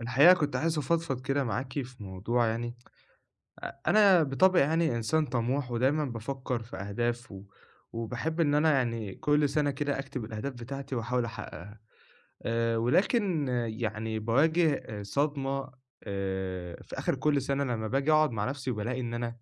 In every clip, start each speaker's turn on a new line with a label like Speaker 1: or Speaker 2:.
Speaker 1: الحقيقة كنت عايز أفضفض كده معاكِ في موضوع يعني. أنا بطبعي يعني إنسان طموح، ودايمًا بافكّر في أهداف، و وباحب إن أنا يعني كل سَنة كده أكتب الأهداف بتاعتي وأحاول أحققها. ولكن يعني باواجه صدمة في آخِر كل سَنة لمّا باجي أقعُد مع نَفْسي وبالاقي إن أنا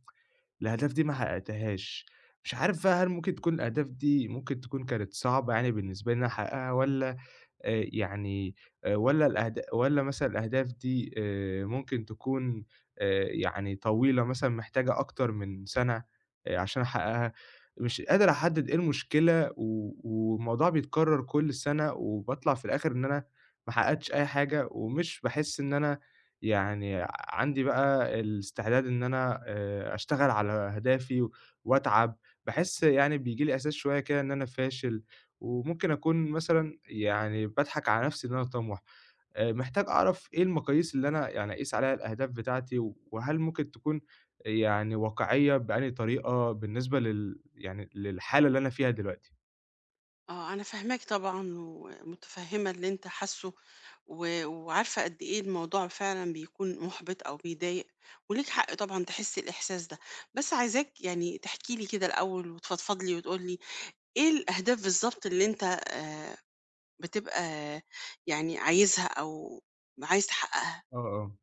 Speaker 1: الأهداف دي ما حققتهاش. مش عارف بقى، هل ممكن تكون الأهداف دي ممكن تكون كانت صعبة يعني بالنسبة لي إن أنا أحققها، والّا يعني، والّا مثلًا الأهداف دي ممكن تكون يعني طويلة، مثلًا محتاجة أكتر من سَنة عشان أحققها. مش قادر أحدد إيه المشكلة، و والموضوع بيتكرر كل سَنة، وباطلع في الآخر إن أنا ما حققتش أي حاجة، ومش باحس إن أنا يعني عندي بقى الاستعداد إن أنا أشتغل على أهدافي وأتعب. باحس يعني بييجي لي إحساس شوية كده إن أنا فاشل. وممكن أكون مثلًا يعني باضحك على نفسي إن أنا طموح. محتاج أعرف إيه المقاييس اللي أنا يعني أقيس عليها الأهداف بتاعتي، وهل ممكن تكون يعني واقعية بأنهي طريقة بالنسبة يعني للحالة اللي أنا فيها دلوقتي؟
Speaker 2: آه، أنا فاهماك طبعًا ومتفهمة اللي أنت حاسه، و وعارفة قد إيه الموضوع فعلًا بيكون مُحبِط أو بيضايق، وليك حق طبعًا تحس الإحساس ده، بس عايزاك يعني تحكي لي كده الأول وتفضفض لي وتقول لي إيه الأهداف بالضبط اللي أنت بتبقى يعني عايزها أو عايز تحققها؟
Speaker 1: آه، آه.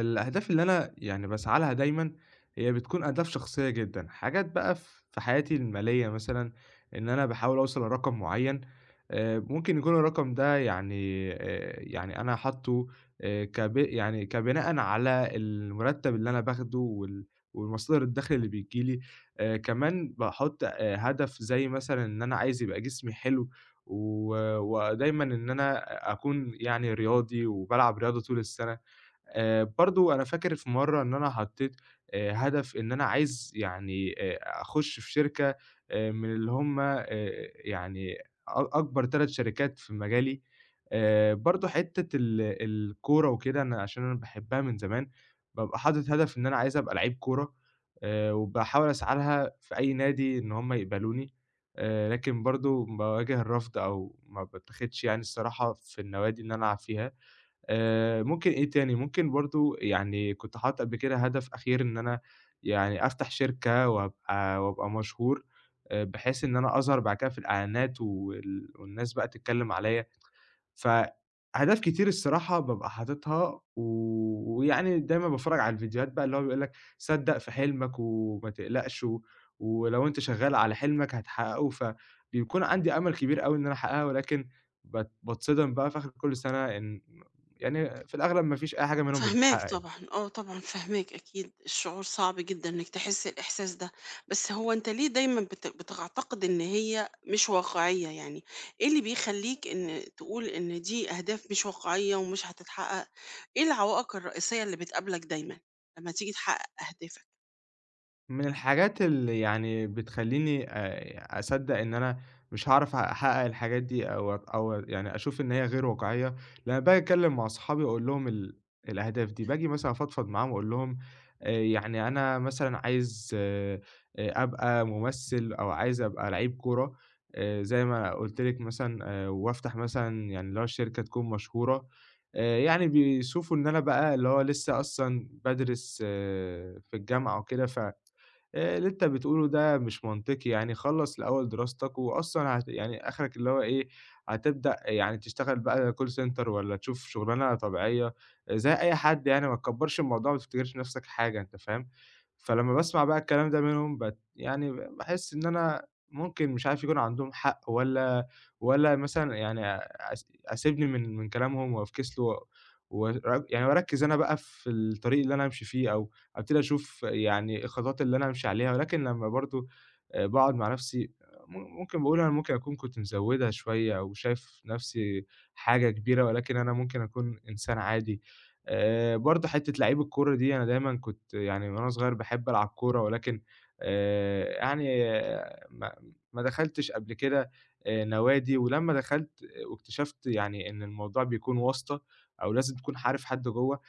Speaker 1: الأهداف اللي أنا يعني باسعى لها دايمًا هي بتكون أهداف شخصية جدًا، حاجات بقى في حياتي المالية مثلًا، إن أنا باحاول أوصل لرقم معيّن. ممكن يكون الرقم ده يعني، يعني أنا حاطّه، كب يعني كبناءً على المرتب اللي أنا باخده، ومصدر الدخل اللي بييجي لي. كمان باحط هدف زي مثلًا إن أنا عايز يبقى جسمي حلو، و ودايمًا إن أنا أكون يعني رياضي وبالعب رياضة طول السنة. برضه أنا فاكر في مرّة إن أنا حطّيت هدف، إن أنا عايز يعني أخُش في شركة من اللي هم، يعني أكبر 3 شركات في مجالي. برضه، حتّة الكورة وكده، أنا عشان أنا باحبها من زمان بابقى حاطط هدف إن أنا عايز أبقى لعيب كورة. وباحاول أسعى لها في أي نادي إن هم يقبلوني، لكن برضه باواجه الرفض، أو ما باتاخدش يعني الصراحة في النوادي اللي أنا ألعب فيها. ممكن إيه تاني، ممكن برضه يعني كنت حاطط قبل كده هدف أخير، إن أنا يعني أفتح شركة وأبقى مشهور. بحيث إن أنا أظهر بعد كده في الإعلانات، والناس بقى تتكلم عليّا. فأهداف كتير الصراحة بابقى حاططها، و ويعني دايمًا باتفرّج على الفيديوهات بقى اللي هو بيقول لك صدّق في حلمك وما تقلقش، و ولو أنت شغّال على حلمك هتحققه. فبيكون عندي أمل كبير أوي إن أنا أحققها، ولكن باتصدم بقى في آخر كل سنة إن يعني في الأغلب ما فيش أي حاجة منهم
Speaker 2: فاهماك
Speaker 1: بتتحقق.
Speaker 2: طبعًا، آه طبعًا فاهماك أكيد، الشعور صعب جدًا إنك تحس الإحساس ده، بس هو أنت ليه دايمًا بتعتقد إن هي مش واقعية يعني؟ إيه اللي بيخلّيك إن تقول إن دي أهداف مش واقعية ومش هتتحقق؟ إيه العوائق الرئيسية اللي بتقابلك دايمًا لمّا تيجي تحقق أهدافك؟
Speaker 1: من الحاجات اللي يعني بتخلّيني أصدّق إن أنا مش هاعرف أحقق الحاجات دي، أو يعني أشوف إن هي غير واقعية: لمّا باجي أتكلّم مع صحابي وأقول لهم الأهداف دي، باجي مثلًا أفضفض معاهم وأقول لهم، يعني أنا مثلًا عايز أبقى ممثل، أو عايز أبقى لعيب كورة زي ما قُلت لِك مثلًا، وأفتح مثلًا يعني اللي هو الشركة تكون مشهورة. يعني بيشوفوا إن أنا بقى اللي هو لسه أصلًا بادرس في الجامعة وكده، ف اللي أنت بتقوله ده مش منطقي يعني، خلّص الأول دراستك، وأصلًا يعني آخرك اللي هو إيه، هتبدأ يعني تشتغل بقى call center، والّا تشوف شغلانة طبيعية آه، زي أي حد يعني، ما تكبّرش الموضوع وما تفتكرش نَفْسك حاجة، أنت فاهم؟ فلمّا باسمع بقى الكلام ده منهم يعني باحس إن أنا ممكن، مش عارف، يكون عندهم حق، والّا مثلًا يعني أسيبني من كلامهم وأفكِس له، و ور يعني وأركّز أنا بقى في الطريق اللي أنا هامشي فيه، أو أبتدي أشوف يعني الخطوات اللي أنا أمشي عليها. ولكن لمّا برضه باقعد مع نفسي، ممكن باقول أنا ممكن أكون كنت مزوّدها شوية، أو شايف نفسي حاجة كبيرة، ولكن أنا ممكن أكون إنسان عادي. برضه حتّة لعيب الكورة دي، أنا دايمًا كنت يعني وأنا صغير باحب ألعب كورة، ولكن يعني ما دخلتش قبل كده نوادي. ولمّا دخلت واكتشفت يعني إن الموضوع بيكون واسطة، أو لازم تكون عارف حد جوّه،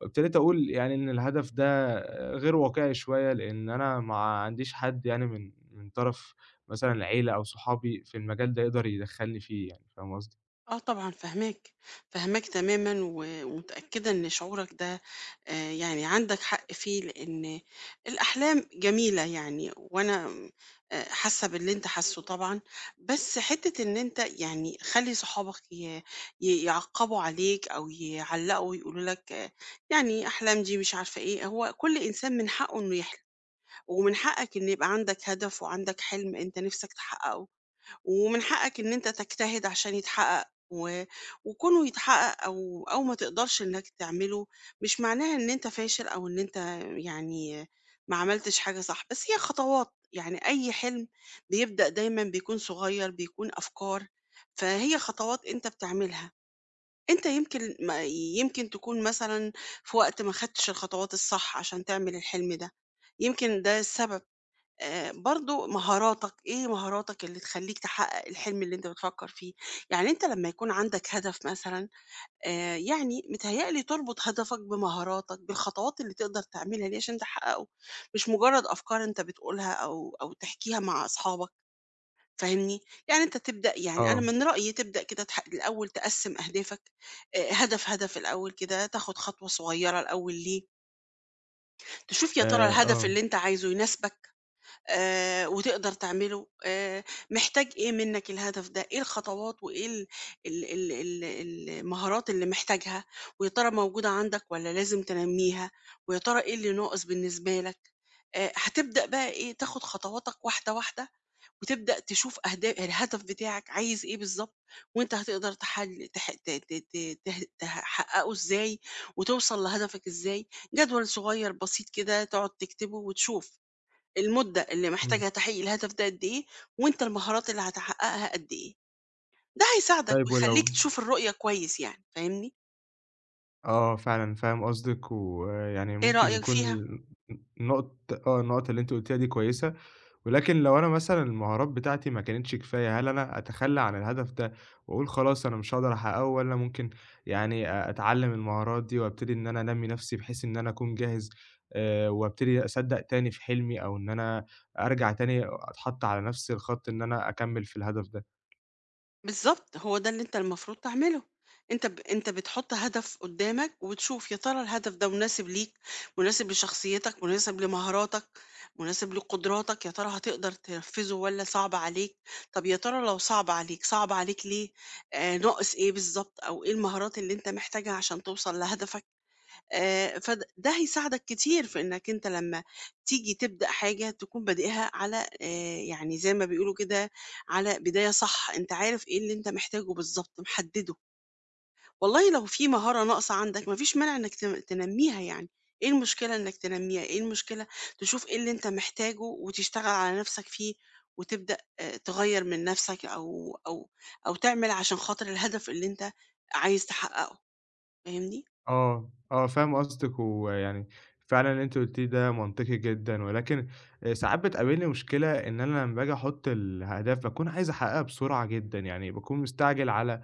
Speaker 1: وابتديت أقول يعني إن الهدف ده غير واقعي شوية، لإن أنا ما عنديش حد يعني من طرف مثلًا العيلة أو صحابي في المجال ده يقدر يدخّلني فيه يعني، فاهم قصدي؟
Speaker 2: آه طبعًا فاهماك، فاهماك تمامًا، و ومتأكدة إن شعورك ده يعني عندك حق فيه، لإن الأحلام جميلة يعني وأنا م حاسة باللي أنت حاسّه طبعًا، بس حتّة إن أنت يعني خلّي صحابك ي ي يعقّبوا عليك أو يعلّقوا يقولوا لك آه، يعني أحلام دي مش عارفة إيه، هو كل إنسان من حقّه إنه يحلم، ومن حقّك إن يبقى عندك هدف وعندك حلم أنت نِفْسك تحقّقه. ومن حقك إن أنت تجتهد عشان يتحقق و... وكونه يتحقق أو ما تقدرش إنك تعمله مش معناها إن أنت فاشل أو إن أنت يعني ما عملتش حاجة صح، بس هي خطوات، يعني أي حلم بيبدأ دايما بيكون صغير، بيكون أفكار، فهي خطوات أنت بتعملها. أنت يمكن ما يمكن تكون مثلا في وقت ما خدتش الخطوات الصح عشان تعمل الحلم ده، يمكن ده السبب. برضه مهاراتك، إيه مهاراتك اللي تخلّيك تحقّق الحلم اللي أنت بتفكّر فيه؟ يعني أنت لمّا يكون عندك هدف مثلًا، يعني متهيأ لي تربط هدفك بمهاراتك، بالخطوات اللي تقدر تعملها دي عشان تحقّقه، مش مجرّد أفكار أنت بتقولها أو تحكيها مع أصحابك، فاهمني؟ يعني أنت تبدأ، يعني أنا
Speaker 1: آه.
Speaker 2: من رأيي تبدأ كده الأول تقسّم أهدافك. هدف الأول كده، تاخُد خطوة صغيّرة الأول ليه، تشوف يا ترى الهدف
Speaker 1: آه.
Speaker 2: اللي أنت عايزه يناسبك؟ وتقدر تعمله، محتاج إيه منّك الهدف ده، إيه الخطوات وإيه ال ال ال ال المهارات اللي محتاجها، ويا ترى موجودة عندك والّا لازم تنمّيها، ويا ترى إيه اللي ناقص بالنسبة لك. هتبدأ بقى إيه، تاخد خطواتك واحدة، واحدة، وتبدأ تشوف الهدف بتاعك عايز إيه بالضبط، وأنت هتقدر تحل تح ت ت ت ته تحقّقه إزاي وتوصل لهدفك إزاي. جدول صغير بسيط كده تقعد تكتبه وتشوف. المدة اللي
Speaker 1: إمم.
Speaker 2: محتاجها تحقيق الهدف ده قد إيه، وأنت المهارات اللي هتحققها قد إيه، ده هيساعدك
Speaker 1: طيب،
Speaker 2: ويخلّيك تشوف الرؤية كويس يعني، فاهمني؟
Speaker 1: آه، فعلًا فاهم قصدِك. ويعني
Speaker 2: إيه
Speaker 1: ممكن
Speaker 2: رأيك
Speaker 1: يكون
Speaker 2: فيها؟
Speaker 1: ال النقط آه، النقط اللي أنتِ قُلتيها دي كويسة. ولكن لو أنا مثلًا المهارات بتاعتي ما كانتش كفاية، هل أنا أتخلّى عن الهدف ده وأقول خلاص أنا مش هاقدر أحققه، والّا ممكن يعني أتعلّم المهارات دي، وأبتدي إن أنا أنمّي نَفْسي بحيث إن أنا أكون جاهز، وأبتدي أصدّق تاني في حلمي، أو إن أنا أرجع تاني أتحط على نَفْس الخط إن أنا أكمّل في الهدف ده؟
Speaker 2: بالضبط، هو ده اللي أنت المفروض تعمله. أنت بتحط هدف قدّامك وتشوف يا ترى الهدف ده مناسب ليك، مناسب لشخصيتك، مناسب لمهاراتك، مناسب لقدراتك، يا ترى هتقدر تنفذه والّا صعب عليك؟ طب يا ترى لو صعب عليك، صعب عليك ليه؟ ناقص إيه بالضبط أو إيه المهارات اللي أنت محتاجها عشان توصل لهدفك؟ ده هيساعدك كتير في إنّك أنت لمّا تيجي تبدأ حاجة تكون بادئها على، يعني زي ما بيقولوا كده، على بداية صح، أنت عارف إيه اللي أنت محتاجه بالضبط، محدّده. والله لو في مهارة ناقصة عندك ما فيش مانع إنّك تنمّيها يعني، إيه المشكلة إنّك تنمّيها، إيه المشكلة؟ تشوف إيه اللي أنت محتاجه وتشتغل على نَفْسك فيه، وتبدأ تغيّر من نَفْسك، أو تعمل عشان خاطر الهدف اللي أنت عايز تحقّقه، فاهمني؟
Speaker 1: آه، آه، فاهم قصدِك. ويعني فعلًا اللي أنتِ قُلتيه ده منطقي جدًا، ولكن ساعات بتقابلني مشكلة إن أنا لمّا باجي أحُط الأهداف باكون عايز أحققها بسرعة جدًا، يعني باكون مستعجل على آآ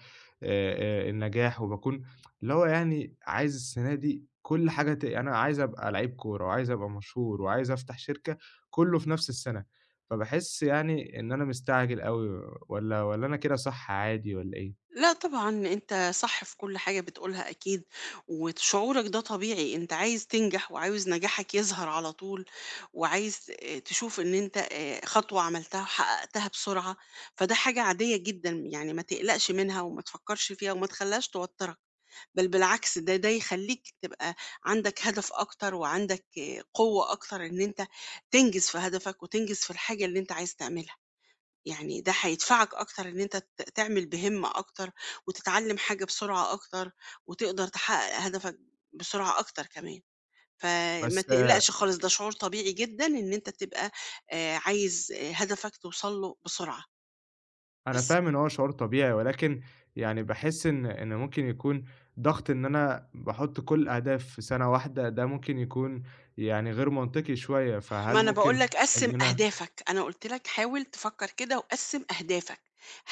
Speaker 1: آآ النجاح، وباكون اللي هو يعني عايز السنة دي كل حاجة، أنا عايز أبقى لعيب كورة، وعايز أبقى مشهور، وعايز أفتح شركة، كلّه في نفْس السنة. فباحس يعني إن أنا مستعجل أوي، والّا أنا كده صح عادي والّا إيه؟
Speaker 2: لأ طبعًا، أنت صح في كل حاجة بتقولها أكيد، وشعورك ده طبيعي، أنت عايز تنجح وعاوز نجاحك يظهر على طول، وعايز تشوف إن أنت خطوة عملتها وحققتها بسرعة، فده حاجة عادية جدًا، يعني ما تقلقش منها وما تفكّرش فيها وما تخلّيهاش توتّرك، بل بالعكس، ده يخلّيك تبقى عندك هدف أكتر، وعندك قوة أكتر إن أنت تنجز في هدفك وتنجز في الحاجة اللي أنت عايز تعملها. يعني ده هيدفعك أكتر إن أنت تعمل بهِمّة أكتر، وتتعلّم حاجة بسرعة أكتر، وتقدر تحقق هدفك بسرعة أكتر كمان. فما
Speaker 1: بس
Speaker 2: تقلقش خالص، ده شعور طبيعي جدًا إن أنت تبقى عايز هدفك توصل له بسرعة،
Speaker 1: أنا
Speaker 2: بس.
Speaker 1: فاهم إن هو شعور طبيعي، ولكن يعني باحس إن ممكن يكون ضغط، إن أنا باحط كل الأهداف في سنة واحدة، ده ممكن يكون يعني غير منطقي شوية. فهل
Speaker 2: ما أنا باقول
Speaker 1: ممكن
Speaker 2: لك قسّم
Speaker 1: إن أنا؟
Speaker 2: أهدافك، أنا قُلت لك حاول تفكّر كده وقسّم أهدافك،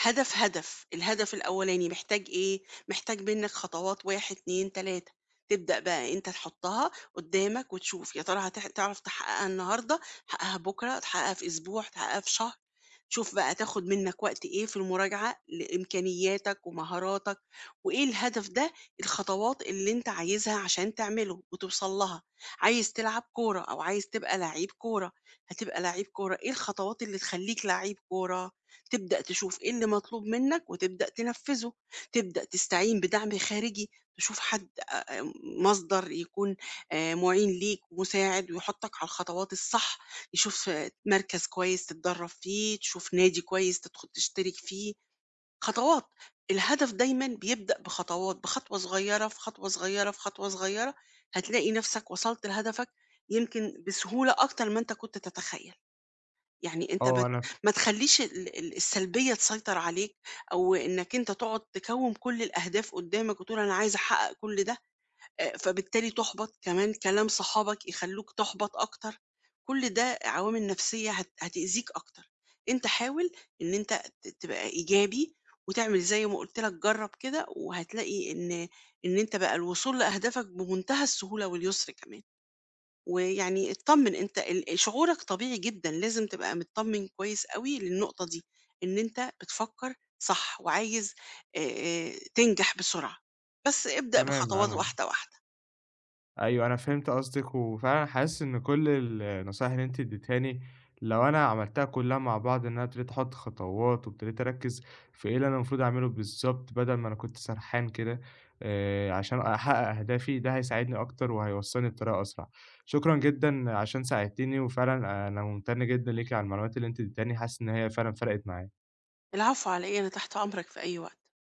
Speaker 2: هدف، الهدف الأولاني محتاج إيه، محتاج منّك خطوات 1، 2، 3. تبدأ بقى أنت تحطّها قدّامك وتشوف يا ترى تعرف تحقّقها النهارده، تحقّقها بُكرة، تحقّقها في أسبوع، تحقّقها في شهر، شوف بقى هتاخد منّك وقت إيه في المراجعة لإمكانياتك ومهاراتك، وإيه الهدف ده، الخطوات اللي أنت عايزها عشان تعمله وتوصل لها. عايز تلعب كورة أو عايز تبقى لعيب كورة، هتبقى لعيب كورة، إيه الخطوات اللي تخلّيك لعيب كورة؟ تبدأ تشوف إيه اللي مطلوب منك وتبدأ تنفّذه، تبدأ تستعين بدعم خارجي، تشوف حد، مصدر يكون مُعين ليك ومساعد، ويحطّك على الخطوات الصح، يشوف مركز كويس تتدرّب فيه، تشوف نادي كويس تدخل تشترك فيه. خطوات، الهدف دايمًا بيبدأ بخطوات، بخطوة صغيرة، في خطوة صغيرة، في خطوة صغيرة، هتلاقي نفسك وصلت لهدفك يمكن بسهولة أكتر ما أنت كنت تتخيل. يعني أنت
Speaker 1: آه، أنا ف
Speaker 2: ما تخلّيش ال ال السلبية تسيطر عليك، أو إنك أنت تقعد تكوّم كل الأهداف قدّامك وتقول أنا عايز أحقق كل ده. فبالتالي تُحبَط، كمان كلام صحابك يخلّوك تُحبَط أكتر، كل ده عوامل نفسية هتأذيك أكتر. أنت حاول إن أنت تبقى إيجابي، وتعمل زي ما قُلت لك، جرّب كده وهتلاقي إن أنت بقى الوصول لأهدافك بمنتهى السهولة واليسر كمان. ويعني اتطمّن، أنت شعورك طبيعي جدًا، لازم تبقى متطمّن كويس أوي للنقطة دي، إن أنت بتفكّر صح وعايز تنجح بسرعة، بس ابدأ
Speaker 1: تمام،
Speaker 2: بخطوات
Speaker 1: أنا،
Speaker 2: واحدة، واحدة.
Speaker 1: أيوه، أنا فهمت قصدِك. وفعلًا حاسس إن كل النصايح اللي أنتِ اديتيهاني، لو أنا عملتها كلها مع بعض، إن أنا ابتديت أحط خطوات، وابتديت أركّز في إيه اللي أنا المفروض أعمله بالضبط، بدل ما أنا كنت سرحان كده، عشان أحقق أهدافي، ده هيساعدني أكتر وهيوصّلني بطريقة أسرع. شكرًا جدًا عشان ساعدتيني، وفعلًا أنا ممتن جدًا ليكِ على المعلومات اللي أنتِ اديتيهاني، حاسس إن هي فعلًا فرقت معايا.
Speaker 2: العفو على إيه؟ أنا تحت أمرك في أي وقت.